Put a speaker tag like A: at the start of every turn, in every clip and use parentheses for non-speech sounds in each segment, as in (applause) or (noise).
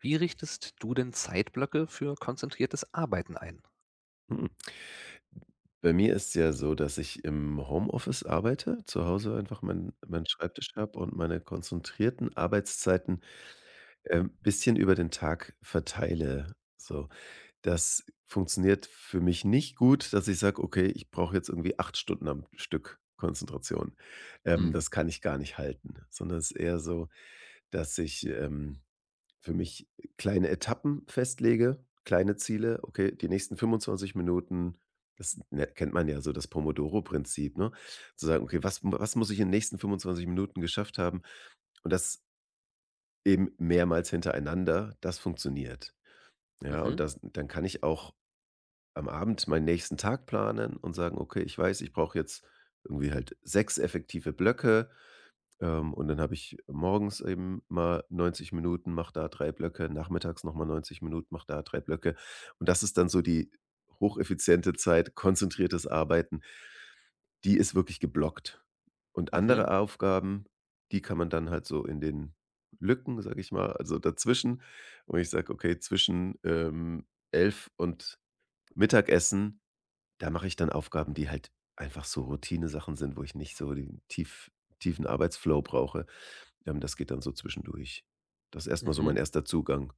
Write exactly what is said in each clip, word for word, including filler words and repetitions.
A: Wie richtest du denn Zeitblöcke für konzentriertes Arbeiten ein?
B: Hm. Bei mir ist es ja so, dass ich im Homeoffice arbeite, zu Hause einfach meinen meinen Schreibtisch habe und meine konzentrierten Arbeitszeiten ähm, bisschen über den Tag verteile. So, das funktioniert für mich nicht gut, dass ich sage: „Okay, ich brauche jetzt irgendwie acht Stunden am Stück Konzentration.“ Ähm,
A: Mhm.
B: das kann ich gar nicht halten, sondern es ist eher so, dass ich ähm für mich kleine Etappen festlege, kleine Ziele. Okay, die nächsten fünfundzwanzig Minuten, das ne, kennt man ja so, das Pomodoro-Prinzip, ne? Zu sagen, okay, was, was muss ich in den nächsten fünfundzwanzig Minuten geschafft haben? Und das eben mehrmals hintereinander, das funktioniert. Ja, und
A: Mhm.
B: das, dann kann ich auch am Abend meinen nächsten Tag planen und sagen, okay, ich weiß, ich brauche jetzt irgendwie halt sechs effektive Blöcke, ähm, und dann habe ich morgens eben mal neunzig Minuten, mach da drei Blöcke, nachmittags noch mal neunzig Minuten, mach da drei Blöcke. Und das ist dann so die hocheffiziente Zeit, konzentriertes Arbeiten. Die ist wirklich geblockt. Und
A: Mhm.
B: andere Aufgaben, die kann man dann halt so in den Lücken, sage ich mal, also dazwischen, wo ich sage, okay, zwischen ähm, elf und Mittagessen, da mache ich dann Aufgaben, die halt einfach so Routine-Sachen sind, wo ich nicht so den tief tiefen Arbeitsflow brauche. Ähm, das geht dann so zwischendurch. Das ist erst so mein
A: Mhm.
B: erster Zugang.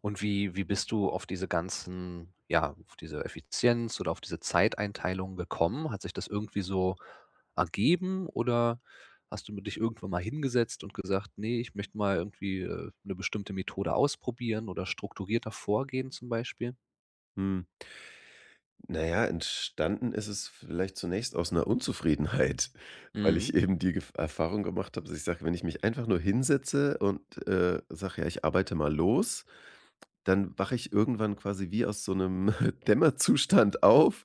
A: Und wie wie bist du auf diese ganzen ja, auf diese Effizienz oder auf diese Zeiteinteilung gekommen? Hat sich das irgendwie so ergeben oder hast du dich irgendwann mal hingesetzt und gesagt: nee, ich möchte mal irgendwie, äh, 'ne bestimmte Methode ausprobieren oder strukturierter vorgehen“, zum Beispiel?
B: Mhm. Na ja, entstanden ist es vielleicht zunächst aus einer Unzufriedenheit, (laughs) weil ich
A: Mhm.
B: eben die Gef Erfahrung gemacht habe, dass ich sage, wenn ich mich einfach nur hinsetze und äh, sage: „Ja, ich arbeite mal los“, dann wache ich irgendwann quasi wie aus so einem (laughs) Dämmerzustand auf,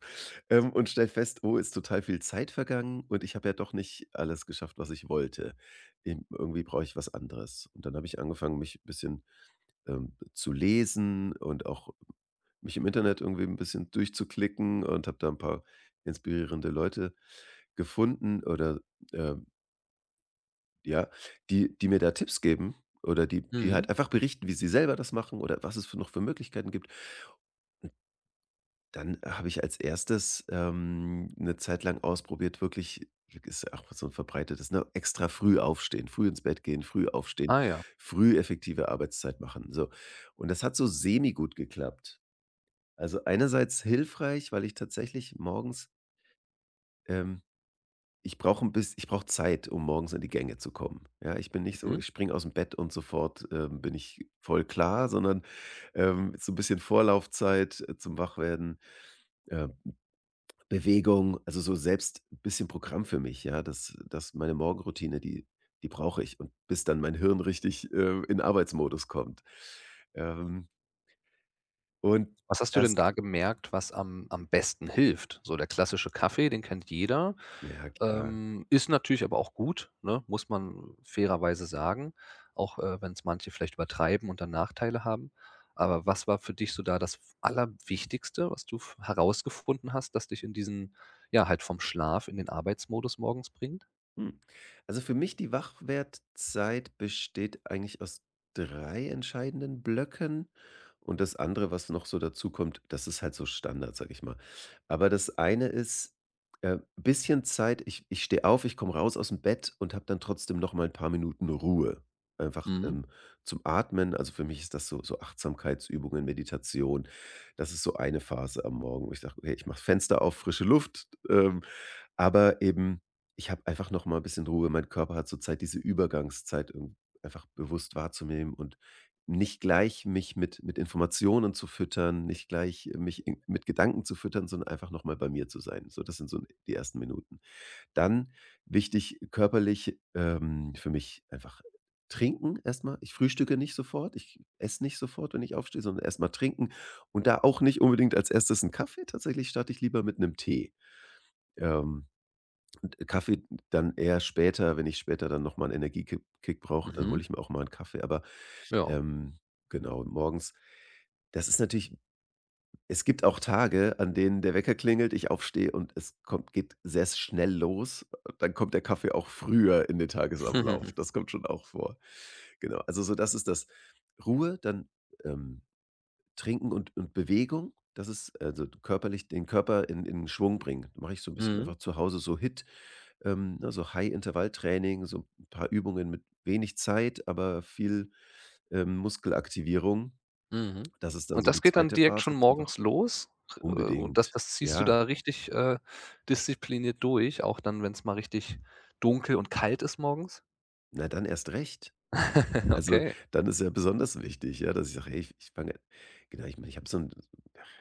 B: ähm, und stelle fest: „Oh, ist total viel Zeit vergangen und ich habe ja doch nicht alles geschafft, was ich wollte. Eben irgendwie brauche ich was anderes.“ Und dann habe ich angefangen, mich ein bisschen, ähm, zu lesen und auch mich im Internet irgendwie ein bisschen durchzuklicken und habe da ein paar inspirierende Leute gefunden oder, ähm, ja, die die mir da Tipps geben oder die die halt
A: Mhm.
B: einfach berichten, wie sie selber das machen oder was es für noch für Möglichkeiten gibt. Dann habe ich als erstes ähm, 'ne Zeit lang ausprobiert, wirklich ist auch so 'n verbreitetes, ne, extra früh aufstehen, früh ins Bett gehen, früh aufstehen,
A: Ah ja.
B: früh effektive Arbeitszeit machen, so. Und das hat so semi gut geklappt. Also einerseits hilfreich, weil ich tatsächlich morgens Ähm, ich brauche ein biss ich brauche Zeit, um morgens in die Gänge zu kommen. Ja, ich bin nicht so,
A: Mhm.
B: ich springe aus dem Bett und sofort, ähm, bin ich voll klar, sondern, ähm, so ein bisschen Vorlaufzeit, äh, zum Wachwerden, äh, Bewegung, also, so selbst ein bisschen Programm für mich, ja, dass dass meine Morgenroutine, die die brauche ich, und bis dann mein Hirn richtig, äh, in Arbeitsmodus kommt. Ähm, und
A: Was hast du denn
B: das
A: da gemerkt, was am am besten hilft? So der klassische Kaffee, den kennt jeder,
B: ja klar.
A: ähm, ist natürlich aber auch gut, ne, muss man fairerweise sagen, auch, äh, wenn es manche vielleicht übertreiben und dann Nachteile haben. Aber was war für dich so da das Allerwichtigste, was du f herausgefunden hast, das dich in diesen ja, halt vom Schlaf in den Arbeitsmodus morgens bringt?
B: Hm. Also für mich die Wachwertzeit besteht eigentlich aus drei entscheidenden Blöcken, und das andere, was noch so dazu kommt, das ist halt so Standard, sag ich mal. Aber das eine ist, äh, bisschen Zeit, ich ich stehe auf, ich komme raus aus dem Bett und habe dann trotzdem noch mal ein paar Minuten Ruhe. Einfach,
A: Mhm,
B: ähm, zum Atmen. Also, für mich ist das so so Achtsamkeitsübungen, Meditation. Das ist so eine Phase am Morgen, wo ich sage: „Okay, ich mache Fenster auf, frische Luft, ähm, aber eben, ich habe einfach noch mal ein bisschen Ruhe. Mein Körper hat zurzeit diese Übergangszeit irgend einfach bewusst wahrzunehmen und nicht gleich mich mit mit Informationen zu füttern, nicht gleich äh, mich in mit Gedanken zu füttern, sondern einfach noch mal bei mir zu sein. So, das sind so die ersten Minuten. Dann wichtig körperlich, ähm, für mich einfach trinken erstmal. Ich frühstücke nicht sofort, ich esse nicht sofort, wenn ich aufstehe, sondern erstmal trinken, und da auch nicht unbedingt als Erstes 'n Kaffee. Tatsächlich starte ich lieber mit einem Tee. Ähm, und äh, Kaffee dann eher später, wenn ich später dann noch mal 'n Energiekick Kick brauche, dann
A: mhm,
B: hole ich mir auch mal einen Kaffee, aber,
A: ja.
B: ähm, genau, morgens das ist natürlich es gibt auch Tage, an denen der Wecker klingelt, ich aufstehe und es kommt geht sehr schnell los. Dann kommt der Kaffee auch früher in den Tagesablauf.
A: (laughs)
B: Das kommt schon auch vor. Genau, also so das ist das. Ruhe, dann, ähm, Trinken und und Bewegung, das ist also körperlich den Körper in in Schwung bringen. Mache ich so ein bisschen
A: Mhm.
B: einfach zu Hause so hit. Ähm, ne, so High-Intervalltraining, so ein paar Übungen mit wenig Zeit, aber viel, ähm, Muskelaktivierung.
A: Mhm.
B: Das ist dann
A: Und
B: so
A: das
B: die
A: geht dann
B: zweite
A: direkt schon
B: Phase zum Wach
A: morgens los? Äh, und das
B: unbedingt.
A: das ziehst du
B: Ja,
A: da richtig, äh, diszipliniert durch, auch dann, wenn es mal richtig dunkel und kalt ist morgens?
B: na, dann erst recht.
A: (laughs)
B: Also,
A: Okay.
B: dann ist ja besonders wichtig, ja, dass ich sage: „Hey, ich ich fange“ genau, ich meine, ich habe so ein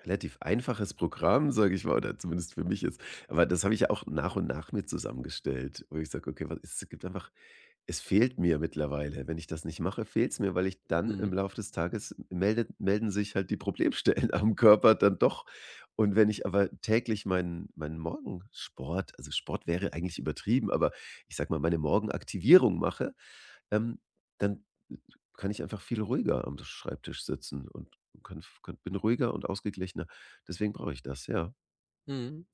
B: relativ einfaches Programm, sage ich mal, oder zumindest für mich jetzt. Aber das habe ich ja auch nach und nach mir zusammengestellt, wo ich sage: „Okay, was es gibt einfach“ Es fehlt mir mittlerweile. Wenn ich das nicht mache, fehlt es mir, weil ich dann im
A: Mhm.
B: Laufe des Tages meldet melden sich halt die Problemstellen (laughs) am Körper dann doch. Und wenn ich aber täglich meinen meinen Morgensport, also, Sport wäre eigentlich übertrieben, aber ich sage mal, meine Morgenaktivierung mache, ähm, dann kann ich einfach viel ruhiger am Schreibtisch sitzen und kann kann bin ruhiger und ausgeglichener. Deswegen brauche ich das, ja.
A: Mhm.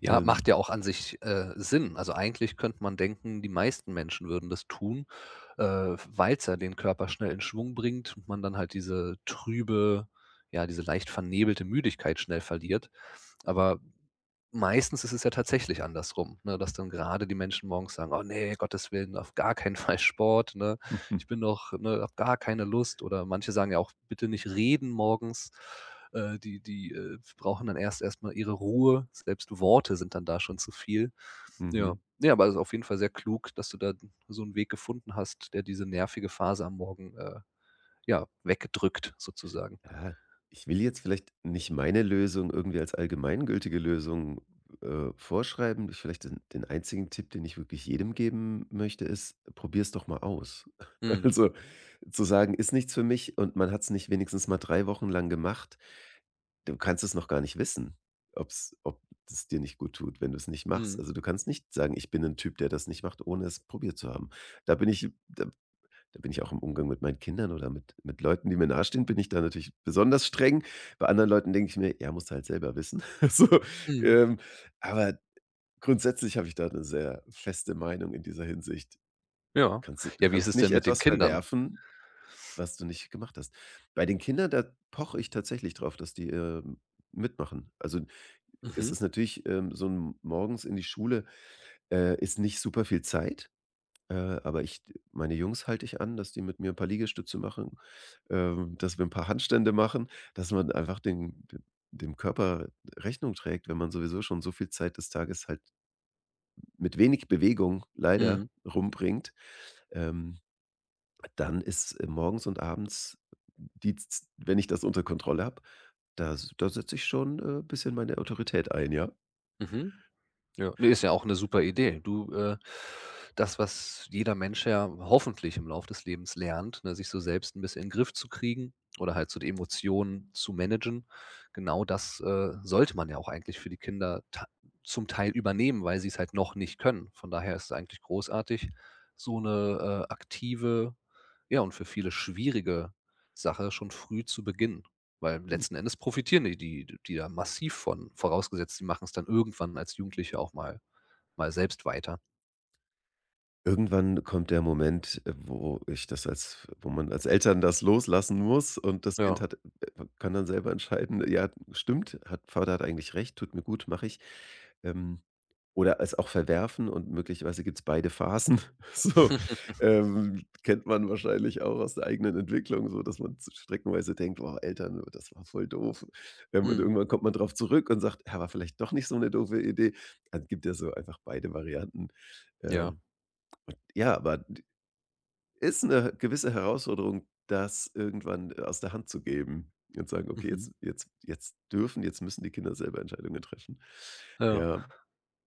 A: Ja,
B: Ähm.
A: macht ja auch an sich, äh, Sinn. Also, eigentlich könnte man denken, die meisten Menschen würden das tun, äh, weil es ja den Körper schnell in Schwung bringt und man dann halt diese trübe ja, diese leicht vernebelte Müdigkeit schnell verliert. Aber meistens ist es ja tatsächlich andersrum, ne, dass dann gerade die Menschen morgens sagen: „Oh ne, Gottes Willen, auf gar keinen (laughs) Fall Sport, ne? Ich bin
B: (laughs)
A: doch ne, habe gar keine Lust.“ Oder manche sagen ja auch: „Bitte nicht reden morgens.“ Äh, die die, äh, brauchen dann erst erstmal ihre Ruhe. Selbst Worte sind dann da schon zu viel. Ja.
B: Mhm.
A: Ne, aber es ist auf jeden Fall sehr klug, dass du da so einen Weg gefunden hast, der diese nervige Phase am Morgen, äh, ja, wegdrückt sozusagen.
B: Ja, ich will jetzt vielleicht nicht meine Lösung irgendwie als allgemeingültige Lösung, äh, vorschreiben. Ich- Vielleicht den den einzigen Tipp, den ich wirklich jedem geben möchte, ist: Probier's doch mal aus. (laughs)
A: Mhm.
B: Also, zu sagen: „Ist nichts für mich“ und man hat es nicht wenigstens mal drei Wochen lang gemacht. Du kannst es noch gar nicht wissen, ob's ob es dir nicht gut tut, wenn du es nicht machst.
A: Mhm.
B: Also, du kannst nicht sagen: „Ich bin ein Typ, der das nicht macht“, ohne es probiert zu haben. Da bin ich da da bin ich auch im Umgang mit meinen Kindern oder mit mit Leuten, die mir nahestehen, bin ich da natürlich besonders streng. Bei anderen Leuten denke ich mir: „Ja, musst du halt selber wissen.“ (laughs) So,
A: Mhm.
B: ähm, aber grundsätzlich habe ich da eine sehr feste Meinung in dieser Hinsicht.
A: Ja.
B: Kannst du du
A: Ja, wie ist
B: kannst
A: es
B: nicht
A: denn mit den
B: etwas
A: Kindern?
B: verwerfen, was du nicht gemacht hast. Bei den Kindern, da poche ich tatsächlich drauf, dass die, ähm, mitmachen. Also, es
A: Mhm.
B: ist natürlich, ähm, so 'n morgens in die Schule, äh, ist nicht super viel Zeit. Äh, aber ich meine Jungs halte ich an, dass die mit mir ein paar Liegestütze machen, ähm, dass wir ein paar Handstände machen, dass man einfach den d dem Körper Rechnung trägt, wenn man sowieso schon so viel Zeit des Tages halt mit wenig Bewegung leider
A: Mhm,
B: rumbringt, ähm, dann ist äh, morgens und abends die z wenn ich das unter Kontrolle habe, da s da setze ich schon ein äh, bisschen meine Autorität ein, ja.
A: mhm. Ja, ne, ist ja auch eine super Idee. Du, äh das, was jeder Mensch ja hoffentlich im Lauf des Lebens lernt, ne, sich so selbst ein bisschen in den Griff zu kriegen oder halt so die Emotionen zu managen. Genau das, äh, sollte man ja auch eigentlich für die Kinder ta zum Teil übernehmen, weil sie es halt noch nicht können. Von daher ist es eigentlich großartig, so eine äh, aktive, ja, und für viele schwierige Sache schon früh zu beginnen. Weil
B: Mhm.
A: letzten Endes profitieren die die die da massiv von, vorausgesetzt, die machen es dann irgendwann als Jugendliche auch mal mal selbst weiter.
B: Irgendwann kommt der Moment, äh, wo ich das als wo man als Eltern das loslassen muss, und das Kind
A: Ja.
B: hat äh, kann dann selber entscheiden: „Ja, stimmt, hat Vater hat eigentlich recht, tut mir gut, mache ich.“ Ähm, oder es auch verwerfen, und möglicherweise gibt es beide Phasen. (laughs) So,
A: (laughs)
B: ähm, kennt man wahrscheinlich auch aus der eigenen Entwicklung so, dass man z streckenweise denkt: „Boah, Eltern, das war voll doof.“ Ähm, und
A: Mhm.
B: irgendwann kommt man drauf zurück und sagt: „Ja, war vielleicht doch nicht so eine doofe Idee.“ Also, gibt ja so einfach beide Varianten.
A: Ja.
B: Ähm, ja, aber ist 'ne gewisse Herausforderung, das irgendwann äh, aus der Hand zu geben und sagen: „Okay,
A: Mhm.
B: jetzt jetzt jetzt dürfen jetzt müssen die Kinder selber Entscheidungen treffen.“
A: Ja.
B: Ja,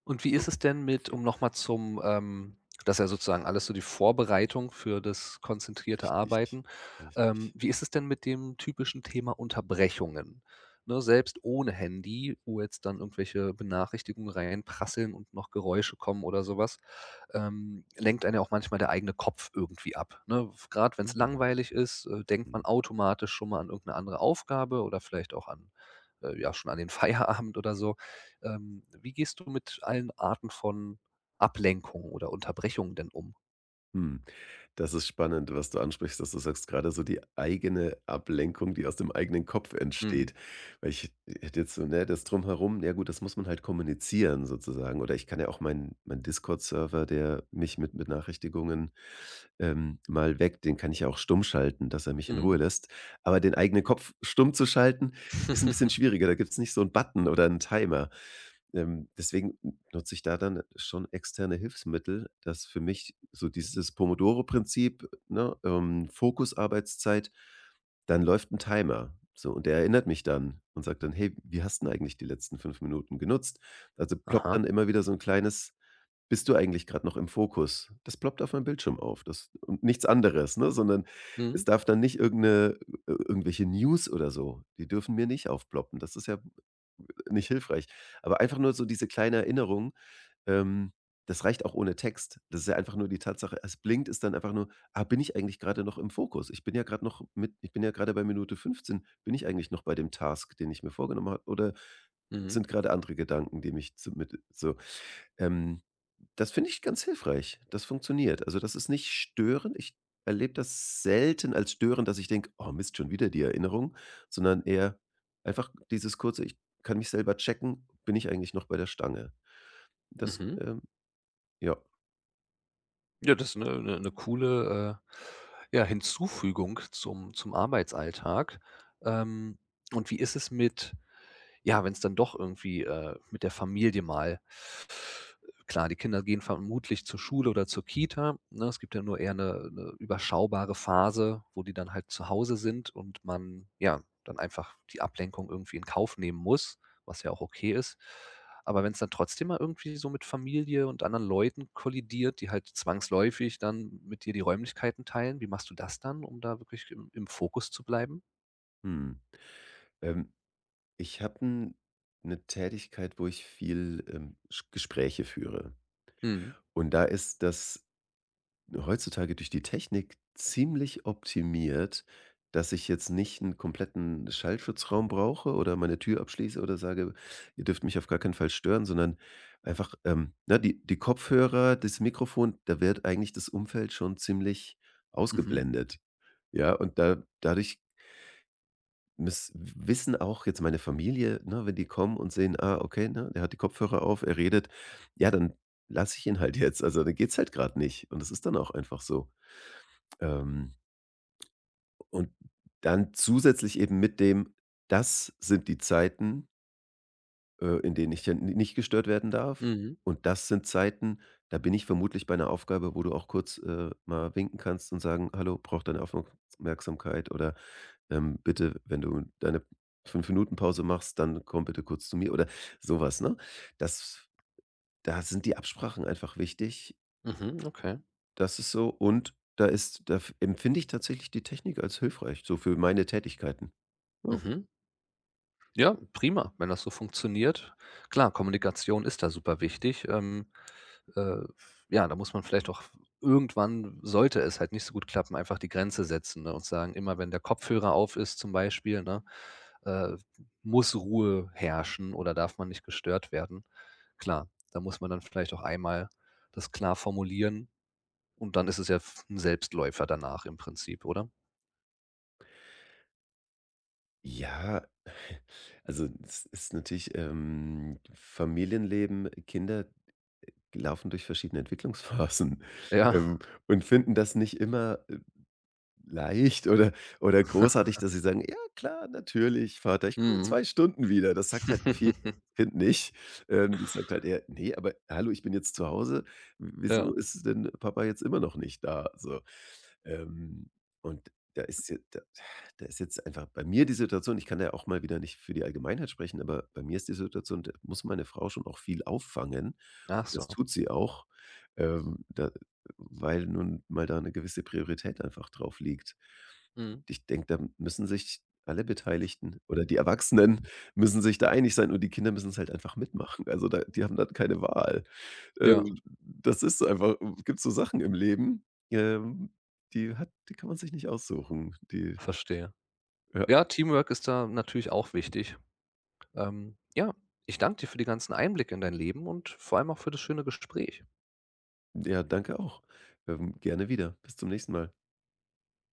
A: Und wie ist es denn mit um noch mal zum, ähm das ist ja sozusagen alles so die Vorbereitung für das konzentrierte
B: richtig,
A: Arbeiten. Ähm,
B: richtig.
A: wie ist es denn mit dem typischen Thema Unterbrechungen? Ne, selbst ohne Handy, wo jetzt dann irgendwelche Benachrichtigungen reinprasseln und noch Geräusche kommen oder sowas? ähm, lenkt einen ja auch manchmal der eigene Kopf irgendwie ab. Ne? Gerade wenn es
B: Mhm,
A: langweilig ist, äh, denkt man
B: mhm,
A: automatisch schon mal an irgendeine andere Aufgabe oder vielleicht auch an, äh, ja, schon an den (laughs) Feierabend oder so. Ähm, wie gehst du mit allen Arten von Ablenkung oder Unterbrechungen denn um?
B: mhm. Das ist spannend, was du ansprichst, dass du sagst, gerade so die eigene Ablenkung, die aus dem eigenen Kopf
A: Mhm.
B: entsteht. Weil ich hätte jetzt so, ne, das Drumherum, ja gut, das muss man halt kommunizieren sozusagen. Oder ich kann ja auch meinen mein Discord-Server, der mich mit Benachrichtigungen ähm, mal weckt, den kann ich ja auch stumm schalten, dass er mich in Ruhe
A: Mhm.
B: lässt. Aber den eigenen Kopf stumm zu schalten, ist ein bisschen
A: (laughs)
B: schwieriger, da gibt's nicht so 'n Button oder 'n Timer. Ähm, deswegen n nutze ich da dann schon externe Hilfsmittel, dass für mich so dieses Pomodoro-Prinzip, ne, ähm, Fokusarbeitszeit, dann läuft 'n Timer, so, und der erinnert mich dann und sagt dann: „Hey, wie hast 'n eigentlich die letzten fünf Minuten genutzt?“ Also, ploppt
A: Aha.
B: dann immer wieder so 'n kleines bist du eigentlich gerade noch im Fokus? Das ploppt auf meinem Bildschirm auf, das und nichts anderes, ne? Sondern es
A: Mhm.
B: darf dann nicht irgendeine 'ne irgendwelche News oder so, die dürfen mir nicht aufploppen. Das ist ja nicht hilfreich. Aber einfach nur so diese kleine Erinnerung, ähm, das reicht auch ohne Text. Das ist ja einfach nur die Tatsache, es blinkt, ist dann einfach nur: „Ah, bin ich eigentlich gerade noch im Fokus? Ich bin ja gerade noch mit ich bin ja gerade bei Minute fünfzehn. Bin ich eigentlich noch bei dem Task, den ich mir vorgenommen habe, oder
A: Mhm.
B: sind gerade andere Gedanken, die mich zu mit“ so. Ähm, das finde ich ganz hilfreich. Das funktioniert. Also, das ist nicht störend. Ich erlebe das selten als störend, dass ich denke: „Oh Mist, schon wieder die Erinnerung“, sondern eher einfach dieses kurze: „Ich kann mich selber checken, bin ich eigentlich noch bei der Stange?“ Das,
A: Mhm.
B: ähm ja.
A: Ja, das ist eine 'ne 'ne coole, äh, ja, Hinzufügung zum zum Arbeitsalltag. Ähm, und wie ist es mit ja, wenn es dann doch irgendwie, äh, mit der Familie mal klar, die Kinder gehen vermutlich zur Schule oder zur Kita, ne? Es gibt ja nur eher eine überschaubare Phase, wo die dann halt zu Hause sind und man, ja, dann einfach die Ablenkung irgendwie in Kauf nehmen muss, was ja auch okay ist. Aber wenn es dann trotzdem mal irgendwie so mit Familie und anderen Leuten kollidiert, die halt zwangsläufig dann mit dir die Räumlichkeiten teilen, wie machst du das dann, um da wirklich im im Fokus zu bleiben?
B: Mhm. Ähm, ich habe eine Tätigkeit, wo ich viel, ähm, Sch Gespräche führe.
A: Mhm.
B: Und da ist das heutzutage durch die Technik ziemlich optimiert, dass ich jetzt nicht einen kompletten Schallschutzraum brauche oder meine Tür abschließe oder sage: „Ihr dürft mich auf gar keinen Fall stören“, sondern einfach, ähm, ne, die die Kopfhörer, das Mikrofon, da wird eigentlich das Umfeld schon ziemlich
A: Mhm.
B: ausgeblendet. Ja, und da dadurch miss wissen auch jetzt meine Familie, ne, wenn die kommen und sehen: „Ah, okay, ne, der hat die Kopfhörer auf, er redet“, ja, dann lasse ich ihn halt jetzt. Also, dann geht's halt gerade nicht und das ist dann auch einfach so. Ähm, und dann zusätzlich eben mit dem: „Das sind die Zeiten, äh, in denen ich ja ni nicht gestört werden darf,
A: Mhm.
B: und das sind Zeiten, da bin ich vermutlich bei einer Aufgabe, wo du auch kurz, äh, mal winken kannst und sagen: ‚Hallo, brauche deine Aufmerksamkeit' oder, ähm, bitte, wenn du deine fünf Minuten Pause machst, dann komm bitte kurz zu mir" oder sowas, ne? Das da sind die Absprachen einfach wichtig.
A: Mhm. Okay.
B: Das ist so, und da ist da f empfinde ich tatsächlich die Technik als hilfreich, so für meine Tätigkeiten. Ja.
A: Mhm. Ja, prima, wenn das so funktioniert. Klar, Kommunikation ist da super wichtig. Ähm, äh, ja, da muss man vielleicht auch irgendwann, sollte es halt nicht so gut klappen, einfach die Grenze setzen, ne, und sagen, immer wenn der Kopfhörer auf ist zum Beispiel, ne, äh, muss Ruhe herrschen oder darf man nicht gestört werden. Klar, da muss man dann vielleicht auch einmal das klar formulieren und dann ist es ja f- ein Selbstläufer danach im Prinzip, oder?
B: Ja, also es ist natürlich, ähm, Familienleben, Kinder laufen durch verschiedene Entwicklungsphasen, (laughs)
A: Ja.
B: ähm, und finden das nicht immer leicht oder oder großartig, dass sie sagen: „Ja klar, natürlich, Vater, ich komme in
A: Mhm.
B: zwei Stunden wieder.“ Das sagt halt 'n
A: (laughs)
B: vierjähriges Kind nicht. Ähm, das sagt halt eher: „Ne, aber hallo, ich bin jetzt zu Hause. W wieso
A: Ja.
B: ist denn Papa jetzt immer noch nicht da?“ So, ähm, und da ist jetzt da da ist jetzt einfach bei mir die Situation, ich kann ja auch mal wieder nicht für die Allgemeinheit sprechen, aber bei mir ist die Situation, da muss meine Frau schon auch viel auffangen.
A: Ach
B: Das
A: so.
B: tut sie auch. Ähm, da weil nun mal da eine gewisse Priorität einfach drauf liegt.
A: Mhm.
B: Ich denke, da müssen sich alle Beteiligten, oder die Erwachsenen (laughs) müssen sich da einig sein, und die Kinder müssen's halt einfach mitmachen. Also, da die haben dann keine Wahl.
A: Ja,
B: Ähm, das ist so einfach gibt so Sachen im Leben, ähm, die hat die kann man sich nicht aussuchen. Die
A: verstehe.
B: ja,
A: Ja, Teamwork ist da natürlich auch wichtig. Ähm, ja, ich danke dir für die ganzen Einblicke in dein Leben und vor allem auch für das schöne Gespräch.
B: ja, danke auch. Ähm, gerne wieder. Bis zum nächsten Mal.